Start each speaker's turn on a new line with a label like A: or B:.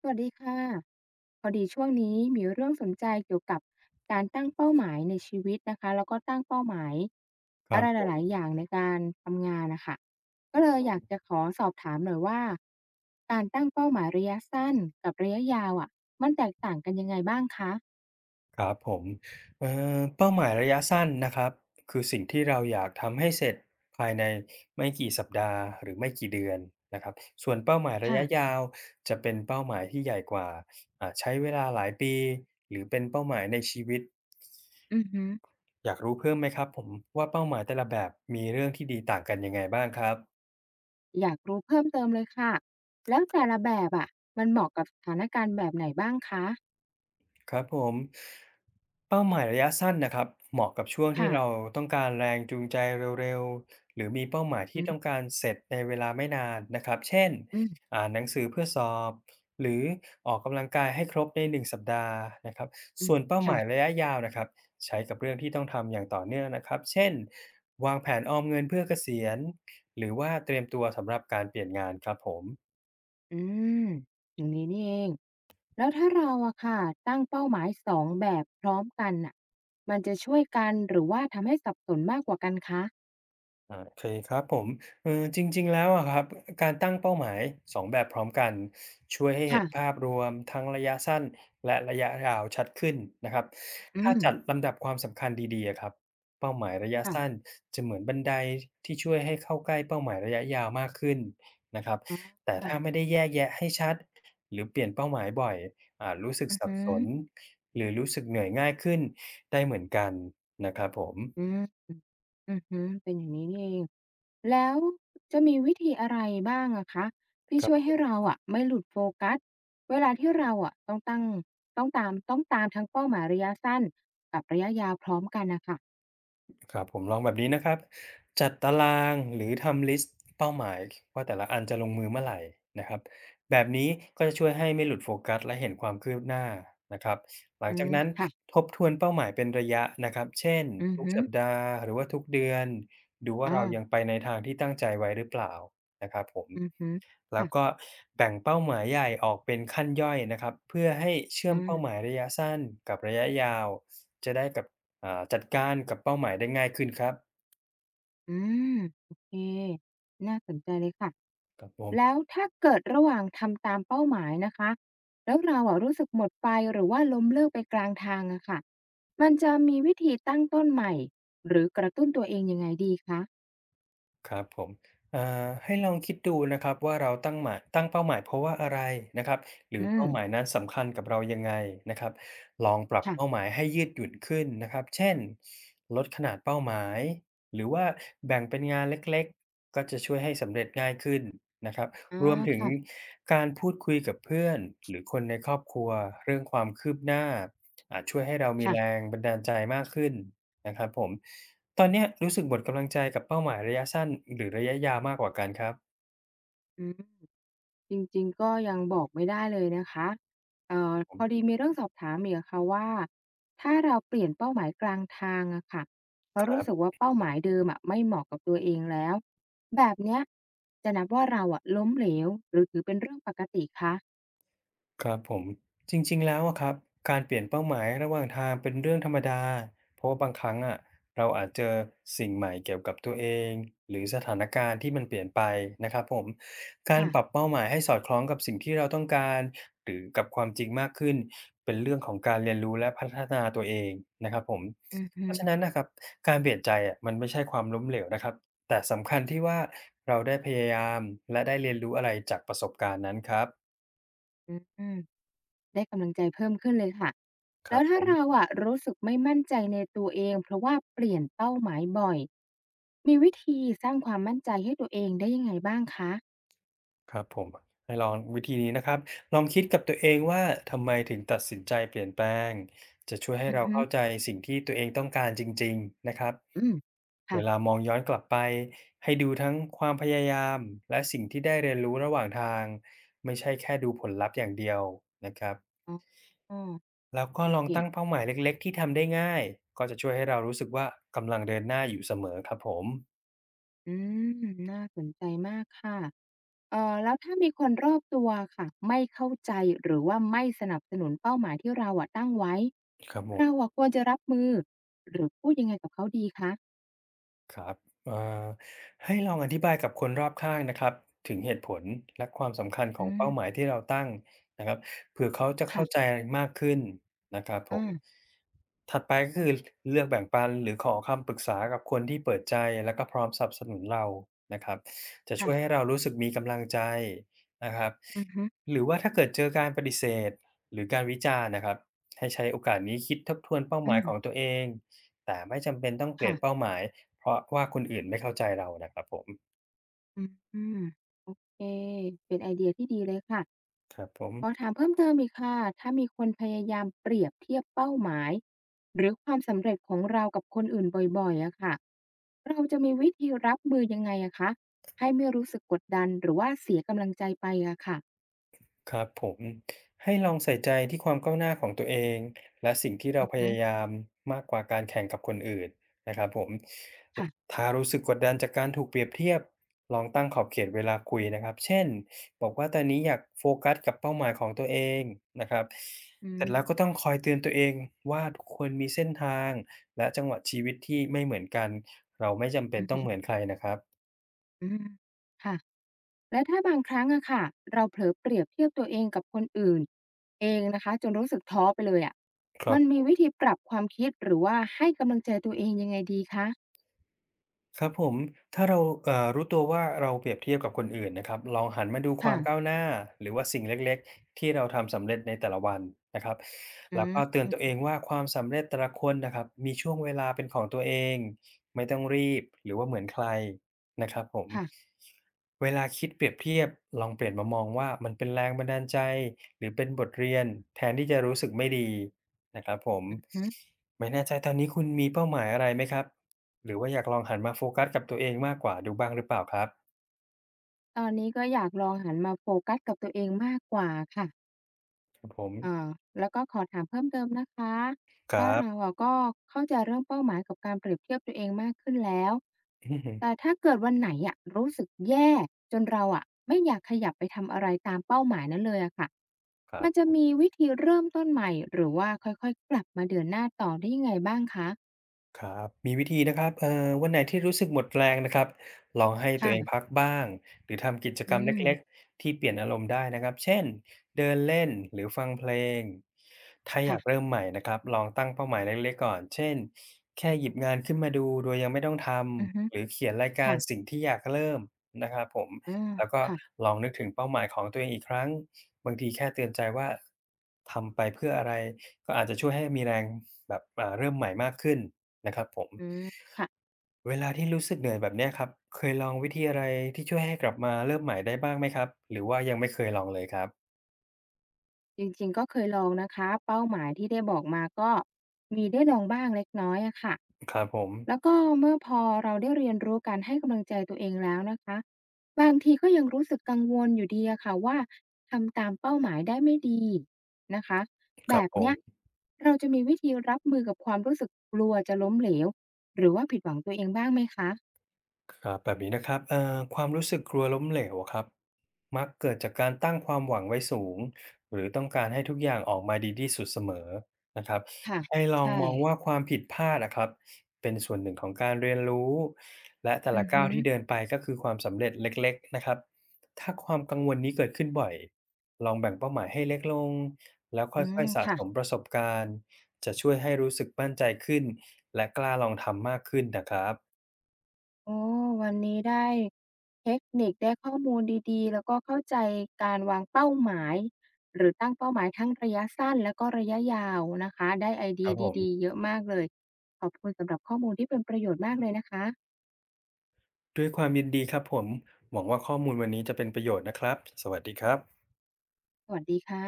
A: สวัสดีค่ะพอดีช่วงนี้มีเรื่องสนใจเกี่ยวกับการตั้งเป้าหมายในชีวิตนะคะแล้วก็ตั้งเป้าหมาย
B: ค
A: อะ
B: รับ
A: ไร
B: ผ
A: ห
B: ม
A: ลายๆอย่างในการทำงานน่ะค่ะก็เลยอยากจะขอสอบถามหน่อยว่าการตั้งเป้าหมายระยะสั้นกับระยะยาวอะมันแตกต่างกันยังไงบ้างคะ
B: ครับผมเอ่เป้าหมายระยะสั้นนะครับคือสิ่งที่เราอยากทำให้เสร็จภายในไม่กี่สัปดาห์หรือไม่กี่เดือนนะครับส่วนเป้าหมายระยะ
A: ค่ะ
B: ยาวจะเป็นเป้าหมายที่ใหญ่กว่าใช้เวลาหลายปีหรือเป็นเป้าหมายในชีวิต
A: อือฮึ
B: อยากรู้เพิ่มไหมครับผมว่าเป้าหมายแต่ละแบบมีเรื่องที่ดีต่างกันยังไงบ้างครับ
A: อยากรู้เพิ่มเติมเลยค่ะแล้วแต่ละแบบอะมันเหมาะกับสถานการณ์แบบไหนบ้างคะ
B: ครับผมเป้าหมายระยะสั้นนะครับเหมาะกับช่วงที่
A: ค่ะ
B: เราต้องการแรงจูงใจเร็วๆหรือมีเป้าหมาย
A: อื
B: ที่ต้อง
A: ม
B: การเสร็จในเวลาไม่นานนะครับเช่น
A: อืม
B: อ่านหนังสือเพื่อสอบหรือออกกำลังกายให้ครบในหนึ่งสัปดาห์นะครับส่วนเป้า
A: ๆ
B: หมาย
A: ค่ะ
B: ระยะยาวนะครับใช้กับเรื่องที่ต้องทำอย่างต่อเนื่องนะครับเช่นวางแผนออมเงินเพื่อเกษียณหรือว่าเตรียมตัวสำหรับการเปลี่ยนงานครับผม
A: อืมอย่างนี้นี่เองแล้วถ้าเราอะค่ะตั้งเป้าหมายสองแบบพร้อมกันน่ะมันจะช่วยกันหรือว่าทำให้สับสนมากกว่ากันคะ
B: โอเคครับผมเออจริงๆแล้วอะครับการตั้งเป้าหมายสองแบบพร้อมกันช่วยให้เห็น
A: ค่ะ
B: ภาพรวมทั้งระยะสั้นและระยะยาวชัดขึ้นนะครับ
A: อื
B: ถ้า
A: ม
B: จัดลำดับความสำคัญดีๆอะครับเป้าหมายระยะสั้น
A: ค่ะ
B: จะเหมือนบันไดที่ช่วยให้เข้าใกล้เป้าหมายระยะยาวมากขึ้นนะครับ
A: อ๋อ
B: แต่ถ้าไม่ได้แยกแยะให้ชัดหรือเปลี่ยนเป้าหมายบ่อยอาจรู้สึก
A: อือ
B: สับ
A: หือ
B: สนหรือรู้สึกเหนื่อยง่ายขึ้นได้เหมือนกันนะครับผ
A: อื
B: ม
A: มอือหือเป็นอย่างนี้นี่เองแล้วจะมีวิธีอะไรบ้างอะคะที่ช่วยให้เราอะไม่หลุดโฟกัสเวลาที่เราอะต้องตั้งต้องตามต้องตามทั้งเป้าหมายระยะสั้นกับระยะยาวพร้อมกันนะคะ
B: ครับผมลองแบบนี้นะครับจัดตารางหรือทำลิสต์เป้าหมายว่าแต่ละอันจะลงมือเมื่อไหร่นะครับแบบนี้ก็จะช่วยให้ไม่หลุดโฟกัสและเห็นความคืบหน้านะครับหลัง
A: อื
B: จาก
A: ม
B: นั้น
A: ค่ะ
B: ทบทวนเป้าหมายเป็นระยะนะครับเช่น
A: อือ
B: ทุก
A: หือ
B: สัปดาห์หรือว่าทุกเดือนดูว่าเรายังไป
A: อ่า
B: ในทางที่ตั้งใจไว้หรือเปล่านะครับผม
A: อือฮึ
B: แล้ว
A: ค่ะ
B: ก็แบ่งเป้าหมายใหญ่ออกเป็นขั้นย่อยนะครับเพื่อให้เชื่อมเป้าหมา
A: อา
B: ยระยะสั้นกับระยะยาวจะได้กับจัดการกับเป้าหมายได้ง่ายขึ้นครับ
A: อืมโอเคน่าสนใจเลยค่ะ
B: ครับผ
A: แล้
B: ม
A: วถ้าเกิดระหว่างทำตามเป้าหมายนะคะแล้วเราอะรู้สึกหมดไฟหรือว่าล้มเลิกไปกลางทางอะค่ะมันจะมีวิธีตั้งต้นใหม่หรือกระตุ้นตัวเองยังไงดีคะ
B: ครับผมอ่าให้ลองคิดดูนะครับว่าเราตั้งเป้าหมายเพราะว่าอะไรนะครับหรื
A: อื
B: อ
A: ม
B: เป้าหมายนั้นสำคัญกับเรายังไงนะครับลองปรับเป้าห
A: ค่ะ
B: มายให้ยืดหยุ่นขึ้นนะครับเช่นลดขนาดเป้าหมายหรือว่าแบ่งเป็นงานเล็กๆก็จะช่วยให้สำเร็จง่ายขึ้นนะครับ
A: อา
B: รวมถึง
A: ค่ะ
B: การพูดคุยกับเพื่อนหรือคนในครอบครัวเรื่องความคืบหน้าอาจช่วยให้เรามีแร
A: ค่ะ
B: งบันดาลใจมากขึ้นนะครับผม ตอนเนี้ยรู้สึกหมดกำลังใจกับเป้าหมายระยะสั้นหรือระยะยาวมากกว่ากันครับ
A: อืม จริงๆก็ยังบอกไม่ได้เลยนะคะ
B: ผ
A: พอ
B: ม
A: ดีมีเรื่องสอบถามอีกอะค่ะว่าถ้าเราเปลี่ยนเป้าหมายกลางทางอะค่ะเพราะ
B: ครั
A: รู้สึก
B: บ
A: ว่าเป้าหมายเดิมอะไม่เหมาะกับตัวเองแล้วแบบเนี้ยจะนับว่าเราอะล้มเหลวหรือถือเป็นเรื่องปกติคะ
B: ครับผมจริงๆแล้วอะครับการเปลี่ยนเป้าหมายระหว่างทางเป็นเรื่องธรรมดาเพราะว่าบางครั้งอะเราอาจเจอสิ่งใหม่เกี่ยวกับตัวเองหรือสถานการณ์ที่มันเปลี่ยนไปนะครับผมการปรับ
A: ค่ะ
B: เป้าหมายให้สอดคล้องกับสิ่งที่เราต้องการหรือกับความจริงมากขึ้นเป็นเรื่องของการเรียนรู้และพัฒนาตัวเองนะครับผม
A: อือฮึ
B: เพราะฉะนั้นนะครับการเปลี่ยนใจอะมันไม่ใช่ความล้มเหลวนะครับแต่สำคัญที่ว่าเราได้พยายามและได้เรียนรู้อะไรจากประสบการณ์นั้นครับ
A: อืมได้กำลังใจเพิ่มขึ้นเลยค่ะ
B: ค
A: แล้
B: รับ
A: ว
B: ผ
A: ถ้าเรา
B: ม
A: อะรู้สึกไม่มั่นใจในตัวเองเพราะว่าเปลี่ยนเป้าหมายบ่อยมีวิธีสร้างความมั่นใจให้ตัวเองได้ยังไงบ้างคะ
B: ครับผมให้ลองวิธีนี้นะครับลองคิดกับตัวเองว่าทำไมถึงตัดสินใจเปลี่ยนแปลงจะช่วยให้
A: อือ
B: เรา
A: ฮึ
B: เข้าใจสิ่งที่ตัวเองต้องการจริงๆนะครับ
A: อืม
B: เว
A: ค่ะ
B: ลามองย้อนกลับไปให้ดูทั้งความพยายามและสิ่งที่ได้เรียนรู้ระหว่างทางไม่ใช่แค่ดูผลลัพธ์อย่างเดียวนะครับ
A: อ๋อ
B: แล้วก็
A: โอ
B: ลอ
A: เค
B: งตั้งเป้าหมายเล็กๆที่ทำได้ง่ายก็จะช่วยให้เรารู้สึกว่ากำลังเดินหน้าอยู่เสมอครับผม
A: อืมน่าสนใจมากค่ะแล้วถ้ามีคนรอบตัวค่ะไม่เข้าใจหรือว่าไม่สนับสนุนเป้าหมายที่เราอะตั้งไว้
B: ครับผ
A: เรา
B: ม
A: อะควรจะรับมือหรือพูดยังไงกับเขาดีคะ
B: ครับเอ่อให้ลองอธิบายกับคนรอบข้างนะครับถึงเหตุผลและความสำคัญข
A: อื
B: องเป้าหมาย
A: ม
B: ที่เราตั้งนะครับเผื่อเขาจะเข้าใจ
A: ค่ะ
B: มากขึ้นนะครับผ
A: อา
B: มถัดไปก็คือเลือกแบ่งปันหรือขอคำปรึกษากับคนที่เปิดใจและก็พร้อมสนับสนุนเรานะครับจะช่วยให้
A: ค่ะ
B: เรารู้สึกมีกำลังใจนะครับ
A: อือฮึ
B: หรือว่าถ้าเกิดเจอการปฏิเสธหรือการวิจารณ์นะครับให้ใช้โอกาสนี้คิดทบทวนเป้าห
A: อื
B: มาย
A: ม
B: ของตัวเอง แต่ไม่จำเป็นต้องเปลี่ยนเป้า
A: ค่ะ
B: หมายเพราะว่าคนอื่นไม่เข้าใจเรานะครับผม
A: อืมโอเคเป็นไอเดียที่ดีเลยค่ะ
B: ครับผม
A: ขอถามเพิ่มเติมอีกค่ะ ถ้ามีคนพยายามเปรียบเทียบเป้าหมายหรือความสำเร็จของเรากับคนอื่นบ่อยๆอะค่ะเราจะมีวิธีรับมือยังไงอะคะให้ไม่รู้สึกกดดันหรือว่าเสียกำลังใจไปอะค่ะ
B: ครับผมให้ลองใส่ใจที่ความก้าวหน้าของตัวเองและสิ่งที่เรา
A: อือ
B: พ
A: ฮึ
B: ยายามมากกว่าการแข่งกับคนอื่นนะครับผม
A: ค่ะ
B: ถ้ารู้สึกกดดันจากการถูกเปรียบเทียบลองตั้งขอบเขตเวลาคุยนะครับเช่นบอกว่าตอนนี้อยากโฟกัสกับเป้าหมายของตัวเองนะครับ
A: อื
B: เสร็จ
A: ม
B: แล้วก็ต้องคอยเตือนตัวเองว่าทุกคนมีเส้นทางและจังหวะชีวิตที่ไม่เหมือนกันเราไม่จำเป็
A: อื
B: น
A: มอ
B: ต้องเหมือน
A: ม
B: ใครนะครับ
A: อืมค่ะและถ้าบางครั้งอะค่ะเราเผลอเปรียบเทียบตัวเองกับคนอื่นเองนะคะจนรู้สึกท้อไปเลยอะมันมีวิธีปรับความคิดหรือว่าให้กำลังใจตัวเองยังไงดีคะ
B: ครับผมถ้าเรารู้ตัวว่าเราเปรียบเทียบกับคนอื่นนะครับลองหันมาดูควา
A: ค่ะ
B: มก้าวหน้าหรือว่าสิ่งเล็กๆที่เราทำสำเร็จในแต่ละวันนะครับ
A: อื
B: แล้วก็เตือนตัวเอ
A: ม
B: งว่าความสำเร็จแต่ละคนนะครับมีช่วงเวลาเป็นของตัวเองไม่ต้องรีบหรือว่าเหมือนใครนะครับผม
A: ค่ะ
B: เวลาคิดเปรียบเทียบลองเปลี่ยนมามองว่ามันเป็นแรงบันดาลใจหรือเป็นบทเรียนแทนที่จะรู้สึกไม่ดีนะครับผม
A: อือฮึ
B: ไม่แน่ใจตอนนี้คุณมีเป้าหมายอะไรไหมครับ หรือว่าอยากลองหันมาโฟกัสกับตัวเองมากกว่าดูบ้างหรือเปล่าครับ
A: ตอนนี้ก็อยากลองหันมาโฟกัสกับตัวเองมากกว่าค่ะ
B: ครับผม
A: อ่าแล้วก็ขอถามเพิ่มเติมนะคะ
B: ครั
A: ว่าเรา
B: บ
A: อะก็เข้าใจเรื่องเป้าหมายกับการเปรียบเทียบตัวเองมากขึ้นแล้ว
B: อือฮึ
A: แต่ถ้าเกิดวันไหนอะรู้สึกแย่จนเราอะไม่อยากขยับไปทำอะไรตามเป้าหมายนั้นเลยอะค่ะ
B: ครั
A: มันจะ
B: บ
A: มีวิธีเริ่มต้นใหม่หรือว่าค่อยๆกลับมาเดินหน้าต่อได้ยังไงบ้างคะ
B: ครับมีวิธีนะครับวันไหนที่รู้สึกหมดแรงนะครับลองให้ตัวเองพัก
A: ค่ะ
B: บ้างหรือทำกิจกร
A: อื
B: รมเ
A: ม
B: ล็กๆที่เปลี่ยนอารมณ์ได้นะครับเช่นเดินเล่นหรือฟังเพลงถ้าอ
A: ค่ะ
B: ยากเริ่มใหม่นะครับลองตั้งเป้าหมายเล็กๆก่อนเช่นแค่หยิบงานขึ้นมาดูโดยยังไม่ต้องท
A: อือฮึ
B: ำหรือเขียนรายการ
A: ค่ะ
B: สิ่งที่อยากเริ่มนะครับผม
A: อา
B: แล้วก็
A: ค่ะ
B: ลองนึกถึงเป้าหมายของตัวเองอีกครั้งบางทีแค่เตือนใจว่าทำไปเพื่ออะไร ก็อาจจะช่วยให้มีแรงแบบเริ่มใหม่มากขึ้นนะครับผม
A: อืมค่ะ
B: เวลาที่รู้สึกเหนื่อยแบบเนี้ยครับเคยลองวิธีอะไรที่ช่วยให้กลับมาเริ่มใหม่ได้บ้างไหมครับหรือว่ายังไม่เคยลองเลยครับ
A: จริงๆก็เคยลองนะคะเป้าหมายที่ได้บอกมาก็มีได้ลองบ้างเล็กน้อยอะค่ะ
B: ครับผม
A: แล้วก็เมื่อพอเราได้เรียนรู้การให้กำลังใจตัวเองแล้วนะคะบางทีก็ยังรู้สึกกังวลอยู่ดีอะค่ะว่าทำตามเป้าหมายได้ไม่ดีนะคะ
B: ค
A: แบ
B: รับ
A: บ
B: ผ
A: เนี้ย
B: ม
A: เราจะมีวิธีรับมือกับความรู้สึกกลัวจะล้มเหลวหรือว่าผิดหวังตัวเองบ้างไหมคะ
B: ครับแบบนี้นะครับความรู้สึกกลัวล้มเหลวอะครับมักเกิดจากการตั้งความหวังไว้สูงหรือต้องการให้ทุกอย่างออกมาดีที่สุดเสมอนะครับ
A: ค่ะ
B: ให้ลอง
A: ใช่
B: มองว่าความผิดพลาดอะครับเป็นส่วนหนึ่งของการเรียนรู้และแต่
A: อื
B: ละ
A: อ
B: ก้า
A: ฮึ
B: วที่เดินไปก็คือความสำเร็จเล็กๆนะครับถ้าความกังวลนี้เกิดขึ้นบ่อยลองแบ่งเป้าหมายให้เล็กลงแล้วค่
A: อืม
B: อยๆสะสม
A: ค่ะ
B: ประสบการณ์จะช่วยให้รู้สึกมั่นใจขึ้นและกล้าลองทำมากขึ้นนะครับ
A: โอ้วันนี้ได้เทคนิคได้ข้อมูลดีๆแล้วก็เข้าใจการวางเป้าหมายหรือตั้งเป้าหมายทั้งระยะสั้นแล้วก็ระยะยาวนะคะได้ไอ
B: ค
A: เดี
B: รั
A: ย
B: บผ
A: ดีๆ
B: ม
A: เยอะมากเลยขอบคุณสำหรับข้อมูลที่เป็นประโยชน์มากเลยนะคะ
B: ด้วยความยินดีครับผมหวังว่าข้อมูลวันนี้จะเป็นประโยชน์นะครับสวัสดีครับ
A: สวัสดีค่ะ